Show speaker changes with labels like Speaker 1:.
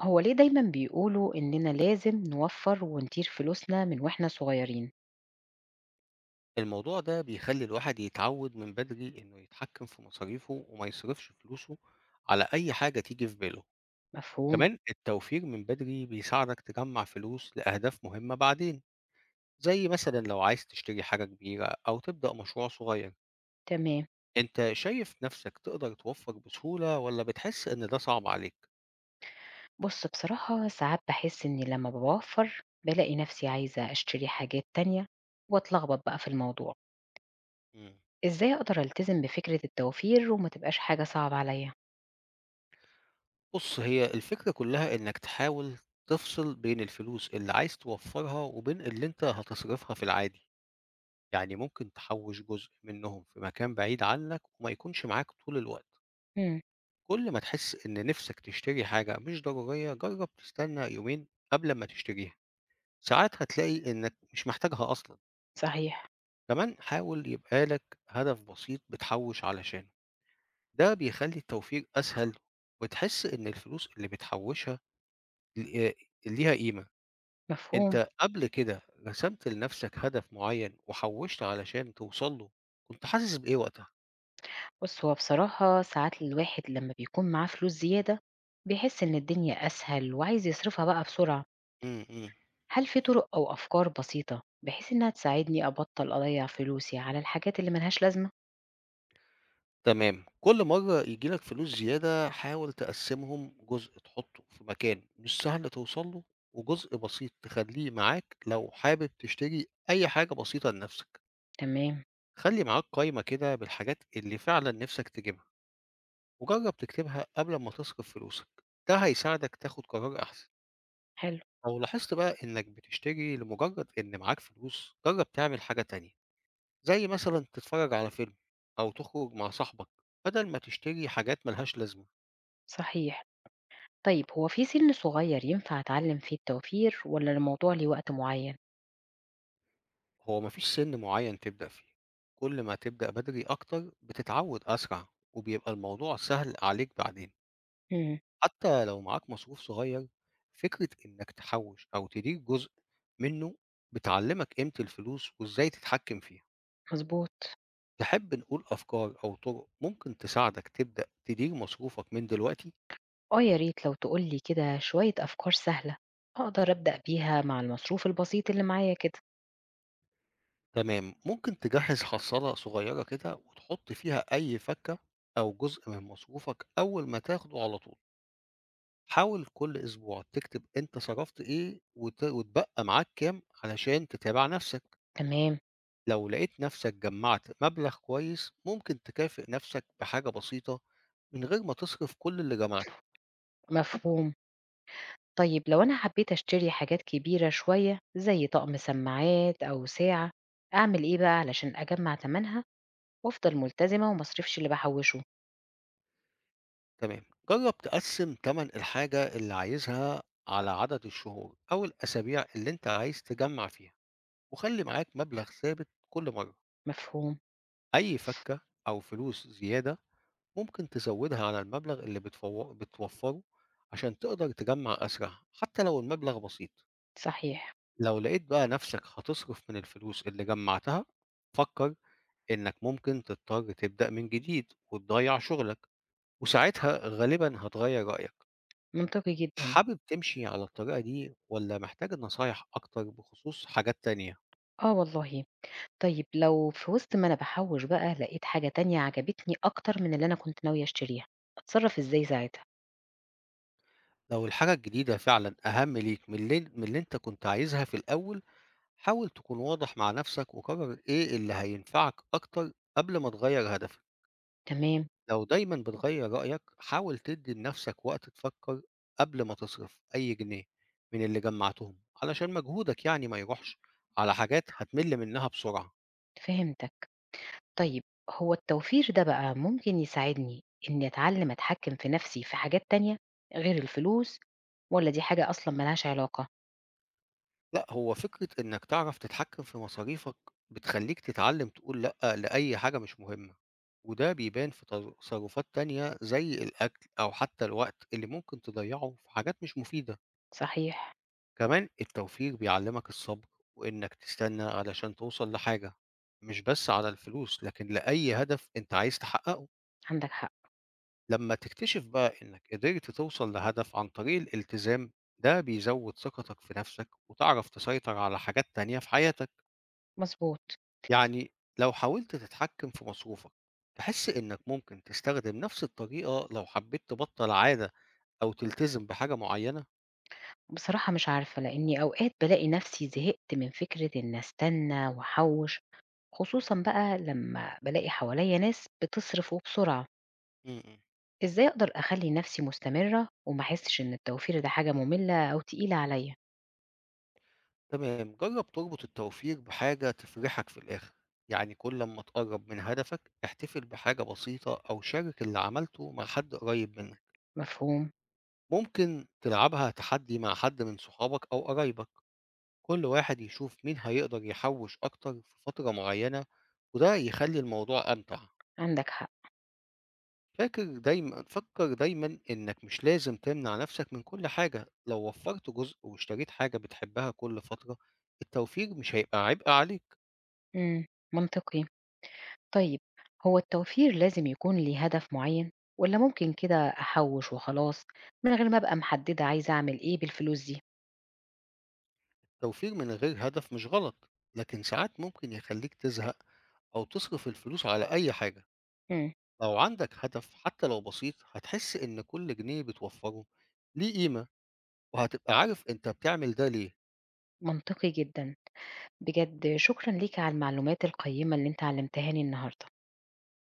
Speaker 1: هو ليه دايما بيقولوا إننا لازم نوفر ونطير فلوسنا من وإحنا صغيرين.
Speaker 2: الموضوع ده بيخلّي الواحد يتعوّد من بدري إنه يتحكّم في مصاريفه وما يصرفش فلوسه على أي حاجة تيجي في باله،
Speaker 1: مفهوم؟
Speaker 2: كمان التوفير من بدري بيساعدك تجمّع فلوس لأهداف مهمة بعدين، زي مثلًا لو عايز تشتري حاجة كبيرة أو تبدأ مشروع صغير،
Speaker 1: تمام.
Speaker 2: أنت شايف نَفْسك تقدر توفّر بسهولة والّا بتحس إن ده صعب عليك؟
Speaker 1: بص، بصراحة ساعات بحس إني لما بوفر بلاقي نفسي عايزة أشتري حاجات تانية وأتلخبط بقى في الموضوع.
Speaker 2: إمم.
Speaker 1: إزاي أقدر ألتزم بفكرة التوفير وما تبقاش حاجة صعبة عليا؟
Speaker 2: بُص، هي الفكرة كُلّها إنّك تحاول تفصل بين الفلوس اللي عايز توفّرها وبين اللي أنت هتصرفها في العادي. يعني ممكن تحوّش جزء منّهم في مكان بعيد عنّك وما يكونش معاك طول الوقت،
Speaker 1: مم.
Speaker 2: كل ما تحس إن نِفْسك تشتري حاجة مش ضرورية جرّب تستنى يومين قبل أمّا تشتريها، ساعات هتلاقي إنّك مش محتاجها أصلًا،
Speaker 1: صحيح.
Speaker 2: كمان حاول يبقى لك هدف بسيط بتحوّش علشانه، ده بيخلّي التوفير أسهل وتحس إن الفلوس اللي بتحوّشها ل ليها قيمة،
Speaker 1: مفهوم.
Speaker 2: أنت قبل كده رسمت لنَفْسك هدف معيّن وحوّشت علشان توصل له، كنت حاسس بإيه وقتها؟
Speaker 1: بص، هو بصراحة ساعات الواحد لما بيكون معاه فلوس زيادة بيحس إن الدنيا أسهل وعايز يصرفها بقى بسرعة.
Speaker 2: إمم، إمم.
Speaker 1: هل في طرق أو أفكار بسيطة بحيث إنها تساعدني أبطل أضيع فلوسي على الحاجات اللي ملهاش لازمة؟
Speaker 2: تمام كل مرة يجيلك فلوس زيادة حاول تقسمهم جزء تحطه في مكان مش سهل توصل له وجزء بسيط تخليه معاك لو حابب تشتري أي حاجة بسيطة لنفسك.
Speaker 1: تمام.
Speaker 2: خلي معاك قايمة كده بالحاجات اللي فعلا نفسك تجيبها وجرب تكتبها قبل ما تصرف فلوسك، ده هيساعدك تاخد قرار أحسن.
Speaker 1: حلو.
Speaker 2: لو لاحظت بقى إنك بتشتري لمجرد إن معاك فلوس جرب تعمل حاجة تانية زي مثلا تتفرج على فيلم أو تخرج مع صاحبك بدل ما تشتري حاجات ملهاش لازمة.
Speaker 1: صحيح. طيب، هو في سن صغير ينفع أتعلم فيه التوفير ولا الموضوع ليه وقت معين؟
Speaker 2: هو مفيش سن معين تبدأ فيه، كل ما تبدأ بدري أكتر بتتعود أسرع وبيبقى الموضوع سهل عليك بعدين.
Speaker 1: مم.
Speaker 2: حتى لو معاك مصروف صغير فكرة إنك تحوش أو تدير جزء منه بتعلمك قيمة الفلوس وإزاي تتحكم فيها.
Speaker 1: مظبوط.
Speaker 2: تحب نقول أفكار أو طرق ممكن تساعدك تبدأ تدير مصروفك من دلوقتي؟
Speaker 1: آه يا ريت لو تقولي كده شوية أفكار سهلة أقدر أبدأ بيها مع المصروف البسيط اللي معايا كده.
Speaker 2: تمام ممكن تجهز حصالة صغيرة كده وتحط فيها أي فكة أو جزء من مصروفك أول ما تاخده على طول. حاول كل أسبوع تكتب أنت صرفت إيه واتبقى معاك كام علشان تتابع نفسك،
Speaker 1: تمام.
Speaker 2: لو لقيت نفسك جمعت مبلغ كويس ممكن تكافئ نفسك بحاجة بسيطة من غير ما تصرف كل اللي جمعته،
Speaker 1: مفهوم. طيب لو أنا حبيت أشتري حاجات كبيرة شوية زي طقم سماعات أو ساعة، أعمل إيه بقى علشان أجمع تمنها وأفضل ملتزمة وما اصرفش اللي باحوّشه؟
Speaker 2: تمام، جرب تقسم تمن الحاجة اللي عايزها على عدد الشهور أو الأسابيع اللي أنت عايز تجمع فيها، وخلي معاك مبلغ ثابت كل مرة،
Speaker 1: مفهوم.
Speaker 2: أي فكة أو فلوس زيادة ممكن تزودها على المبلغ اللي بتوفره عشان تقدر تجمع أسرع حتى لو المبلغ بسيط.
Speaker 1: صحيح.
Speaker 2: لو لقيت بقى نفسك هتصرف من الفلوس اللي جمعتها فكر إنك ممكن تضطر تبدأ من جديد وتضيع شغلك وساعتها غالبا هتغير رأيك.
Speaker 1: منطقي جدًا.
Speaker 2: حابب تمشي على الطريقة دي ولا محتاج نصايح أكتر بخصوص حاجات تانية؟
Speaker 1: آه والله. طيب لو في وسط ما أنا باحوّش بقى لقيت حاجة تانية عجبتني أكتر من اللي أنا كنت ناوية أشتريها، أتصرّف إزاي ساعتها؟
Speaker 2: لو الحاجة الجديدة فعلا أهم ليك من اللي أنت كنت عايزها في الأول حاول تكون واضح مع نفسك وقرر إيه اللي هينفعك أكتر قبل ما تغير هدفك.
Speaker 1: تمام.
Speaker 2: لو دايما بتغير رأيك حاول تدي لنفسك وقت تفكر قبل ما تصرف أي جنيه من اللي جمعتهم علشان مجهودك يعني ما يروحش على حاجات هتمل منها بسرعة.
Speaker 1: فهمتك. طيب، هو التوفير ده بقى ممكن يساعدني إني أتعلّم أتحكّم في نَفْسي في حاجات تانية غير الفلوس، والّا دي حاجة أصلًا ما لهاش علاقة؟
Speaker 2: لا هو فكرة إنك تعرف تتحكم في مصاريفك بتخليك تتعلم تقول لأ لأي حاجة مش مهمة، وده بيبان في تصرفات تانية زي الأكل أو حتى الوقت اللي ممكن تضيعه في حاجات مش مفيدة.
Speaker 1: صحيح.
Speaker 2: كمان التوفير بيعلمك الصبر وإنك تستنى علشان توصل لحاجة، مش بس على الفلوس لكن لأي هدف أنت عايز تحققه.
Speaker 1: عندك حق.
Speaker 2: لما تكتشف بقى إنك قدرت توصل لهدف عن طريق الالتزام ده بيزود ثقتك في نفسك وتعرف تسيطر على حاجات تانية في حياتك.
Speaker 1: مضبوط.
Speaker 2: يعني لو حاولت تتحكم في مصروفك تحس إنك ممكن تستخدم نفس الطريقة لو حبيت تبطل عادة أو تلتزم بحاجة معينة.
Speaker 1: بصراحة مش عارفة، لإني أوقات بالاقي نفسي زهقت من فكرة إن أستنى وأحوّش، خصوصًا بقى لمّا بالاقي حواليّا ناس بتصرف وبسرعة.
Speaker 2: م- م.
Speaker 1: إزاي أقدر أخلّي نفسي مستمرة وما أحسّش إن التوفير ده حاجة مُمِلّة أو تقيلة عليّا؟
Speaker 2: تمام جرب تربط التوفير بحاجة تفرحك في الآخر، يعني كل ما تقرب من هدفك احتفل بحاجة بسيطة أو شارك اللي عملته مع حد قريب منك.
Speaker 1: مفهوم.
Speaker 2: ممكن تلعبها تحدي مع حد من صحابك أو قرايبك كل واحد يشوف مين هيقدر يحوش أكتر في فترة معينة وده يخلي الموضوع أمتع.
Speaker 1: عندك حق.
Speaker 2: فاكر دايما فكر دايما إنك مش لازم تمنع نفسك من كل حاجة، لو وفرت جزء واشتريت حاجة بتحبها كل فترة التوفير مش هيبقى عبء عليك.
Speaker 1: إمم. منطقي. طيب، هو التوفير لازم يكون ليه هدف معيّن، والّا ممكن كده أحوّش وخلاص من غير ما أبقى محددة عايزة أعمل إيه بالفلوس دي؟
Speaker 2: التوفير من غير هدف مش غلط لكن ساعات ممكن يخليك تزهق أو تصرف الفلوس على أي حاجة.
Speaker 1: إمم.
Speaker 2: لو عندك هدف حتى لو بسيط هتحس إن كل جنيه بتوفره ليه قيمة وهتبقى عارف أنت بتعمل ده ليه
Speaker 1: منطقي جدًا. بجد شكرًا ليك على المعلومات القيّمة اللي أنت علّمتهاني النهارده.